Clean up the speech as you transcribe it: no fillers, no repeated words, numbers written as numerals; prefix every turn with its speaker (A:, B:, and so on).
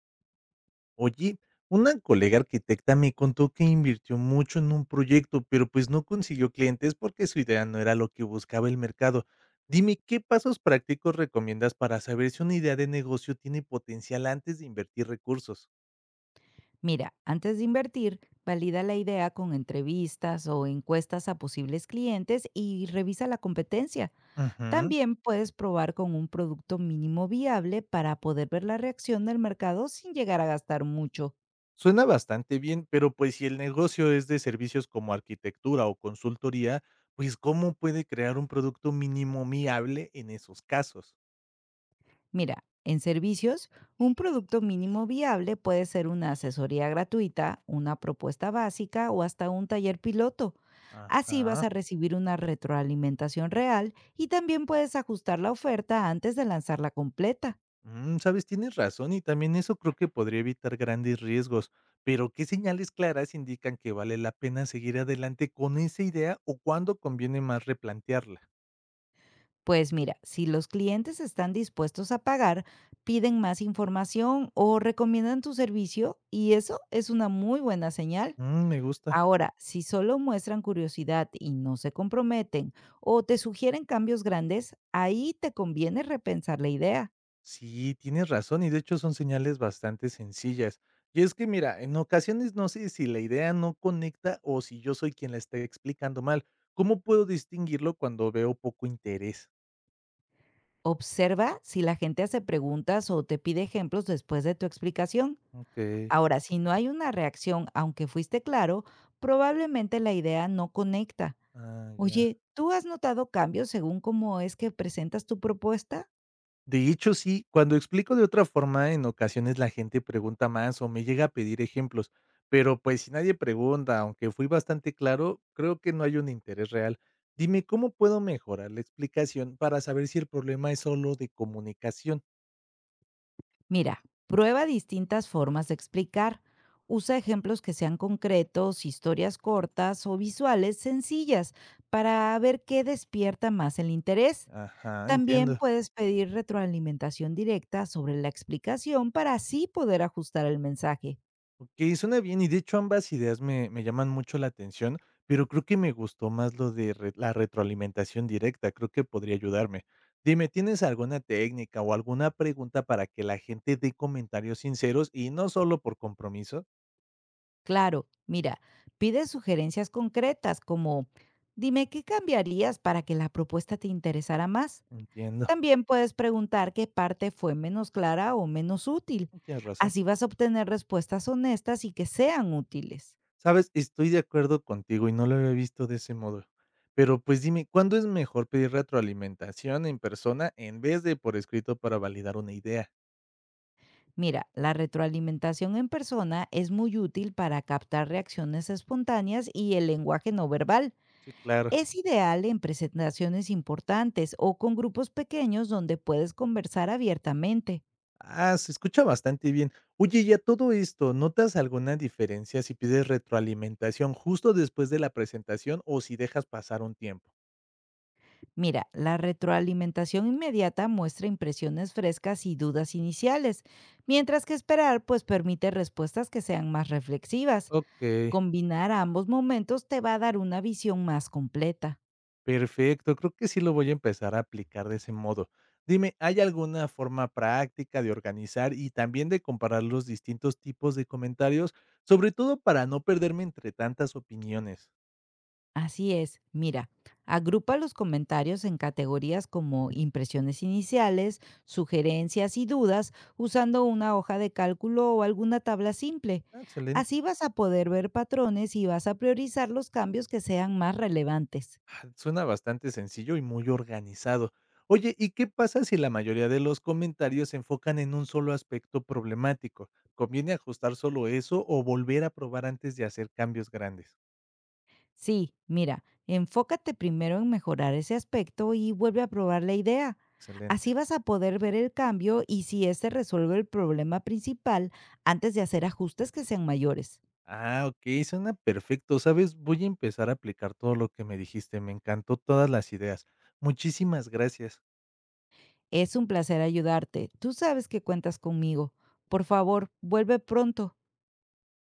A: Oye, una colega arquitecta me contó que invirtió mucho en un proyecto, pero pues no consiguió clientes porque su idea no era lo que buscaba el mercado. Dime, ¿qué pasos prácticos recomiendas para saber si una idea de negocio tiene potencial antes de invertir recursos?
B: Mira, antes de invertir, valida la idea con entrevistas o encuestas a posibles clientes y revisa la competencia.
A: Ujú.
B: También puedes probar con un producto mínimo viable para poder ver la reacción del mercado sin llegar a gastar mucho.
A: Suena bastante bien, pero pues si el negocio es de servicios como arquitectura o consultoría, pues ¿cómo puede crear un producto mínimo viable en esos casos?
B: Mira, en servicios, un producto mínimo viable puede ser una asesoría gratuita, una propuesta básica o hasta un taller piloto. Así vas
A: Ajá.
B: a recibir una retroalimentación real y también puedes ajustar la oferta antes de lanzarla completa.
A: Mm, sabes, tienes razón y también eso creo que podría evitar grandes riesgos, pero ¿qué señales claras indican que vale la pena seguir adelante con esa idea o cuándo conviene más replantearla?
B: Pues mira, si los clientes están dispuestos a pagar, piden más información o recomiendan tu servicio y eso es una muy buena señal.
A: Mm, me gusta.
B: Ahora, si solo muestran curiosidad y no se comprometen o te sugieren cambios grandes, ahí te conviene repensar la idea.
A: Sí, tienes razón y de hecho son señales bastante sencillas. Y es que mira, en ocasiones no sé si la idea no conecta o si yo soy quien la está explicando mal. ¿Cómo puedo distinguirlo cuando veo poco interés?
B: Observa si la gente hace preguntas o te pide ejemplos después de tu explicación.
A: Ok.
B: Ahora, si no hay una reacción, aunque fuiste claro, probablemente la idea no conecta.
A: Ah, ya.
B: Oye, ¿tú has notado cambios según cómo es que presentas tu propuesta?
A: De hecho, sí, cuando explico de otra forma, en ocasiones la gente pregunta más o me llega a pedir ejemplos, pero pues si nadie pregunta, aunque fui bastante claro, creo que no hay un interés real. Dime, ¿cómo puedo mejorar la explicación para saber si el problema es solo de comunicación?
B: Mira, prueba distintas formas de explicar. Usa ejemplos que sean concretos, historias cortas o visuales sencillas para ver qué despierta más el interés.
A: Ajá,
B: También
A: entiendo.
B: puedes pedir retroalimentación directa sobre la explicación para así poder ajustar el mensaje.
A: Okey, suena bien, y de hecho ambas ideas me llaman mucho la atención, pero creo que me gustó más lo de re la retroalimentación directa, creo que podría ayudarme. Dime, ¿tienes alguna técnica o alguna pregunta para que la gente dé comentarios sinceros y no solo por compromiso?
B: Claro, mira, pide sugerencias concretas como dime qué cambiarías para que la propuesta te interesara más.
A: Entiendo.
B: También puedes preguntar qué parte fue menos clara o menos útil.
A: Tienes razón.
B: Así vas a obtener respuestas honestas y que sean útiles.
A: Sabes, estoy de acuerdo contigo y no lo había visto de ese modo. Pero, pues dime, ¿cuándo es mejor pedir retroalimentación en persona en vez de por escrito para validar una idea?
B: Mira, la retroalimentación en persona es muy útil para captar reacciones espontáneas y el lenguaje no verbal.
A: Sí, claro.
B: Es ideal en presentaciones importantes o con grupos pequeños donde puedes conversar abiertamente.
A: Ah, se escucha bastante bien. Oye, y a todo esto, ¿notas alguna diferencia si pides retroalimentación justo después de la presentación o si dejas pasar un tiempo?
B: Mira, la retroalimentación inmediata muestra impresiones frescas y dudas iniciales, mientras que esperar pues permite respuestas que sean más reflexivas.
A: Ok,
B: Combinar ambos momentos te va a dar una visión más completa.
A: perfecto. Creo que sí lo voy a empezar a aplicar de ese modo. Dime, ¿hay alguna forma práctica de organizar y también de comparar los distintos tipos de comentarios, sobre todo para no perderme entre tantas opiniones?
B: Así es, mira, agrupa los comentarios en categorías como impresiones iniciales, sugerencias y dudas usando una hoja de cálculo o alguna tabla simple.
A: Ah, excelente.
B: Así vas a poder ver patrones y vas a priorizar los cambios que sean más relevantes.
A: Ah, suena bastante sencillo y muy organizado. Oye, ¿y qué pasa si la mayoría de los comentarios se enfocan en un solo aspecto problemático? ¿Conviene ajustar solo eso o volver a probar antes de hacer cambios grandes?
B: Sí, mira, enfócate primero en mejorar ese aspecto y vuelve a probar la idea.
A: Excelente.
B: Así vas a poder ver el cambio y si este resuelve el problema principal antes de hacer ajustes que sean mayores.
A: Ah, ok, suena perfecto. Sabes, voy a empezar a aplicar todo lo que me dijiste. Me encantó todas las ideas. Muchísimas gracias.
B: Es un placer ayudarte. Tú sabes que cuentas conmigo. Por favor, vuelve pronto.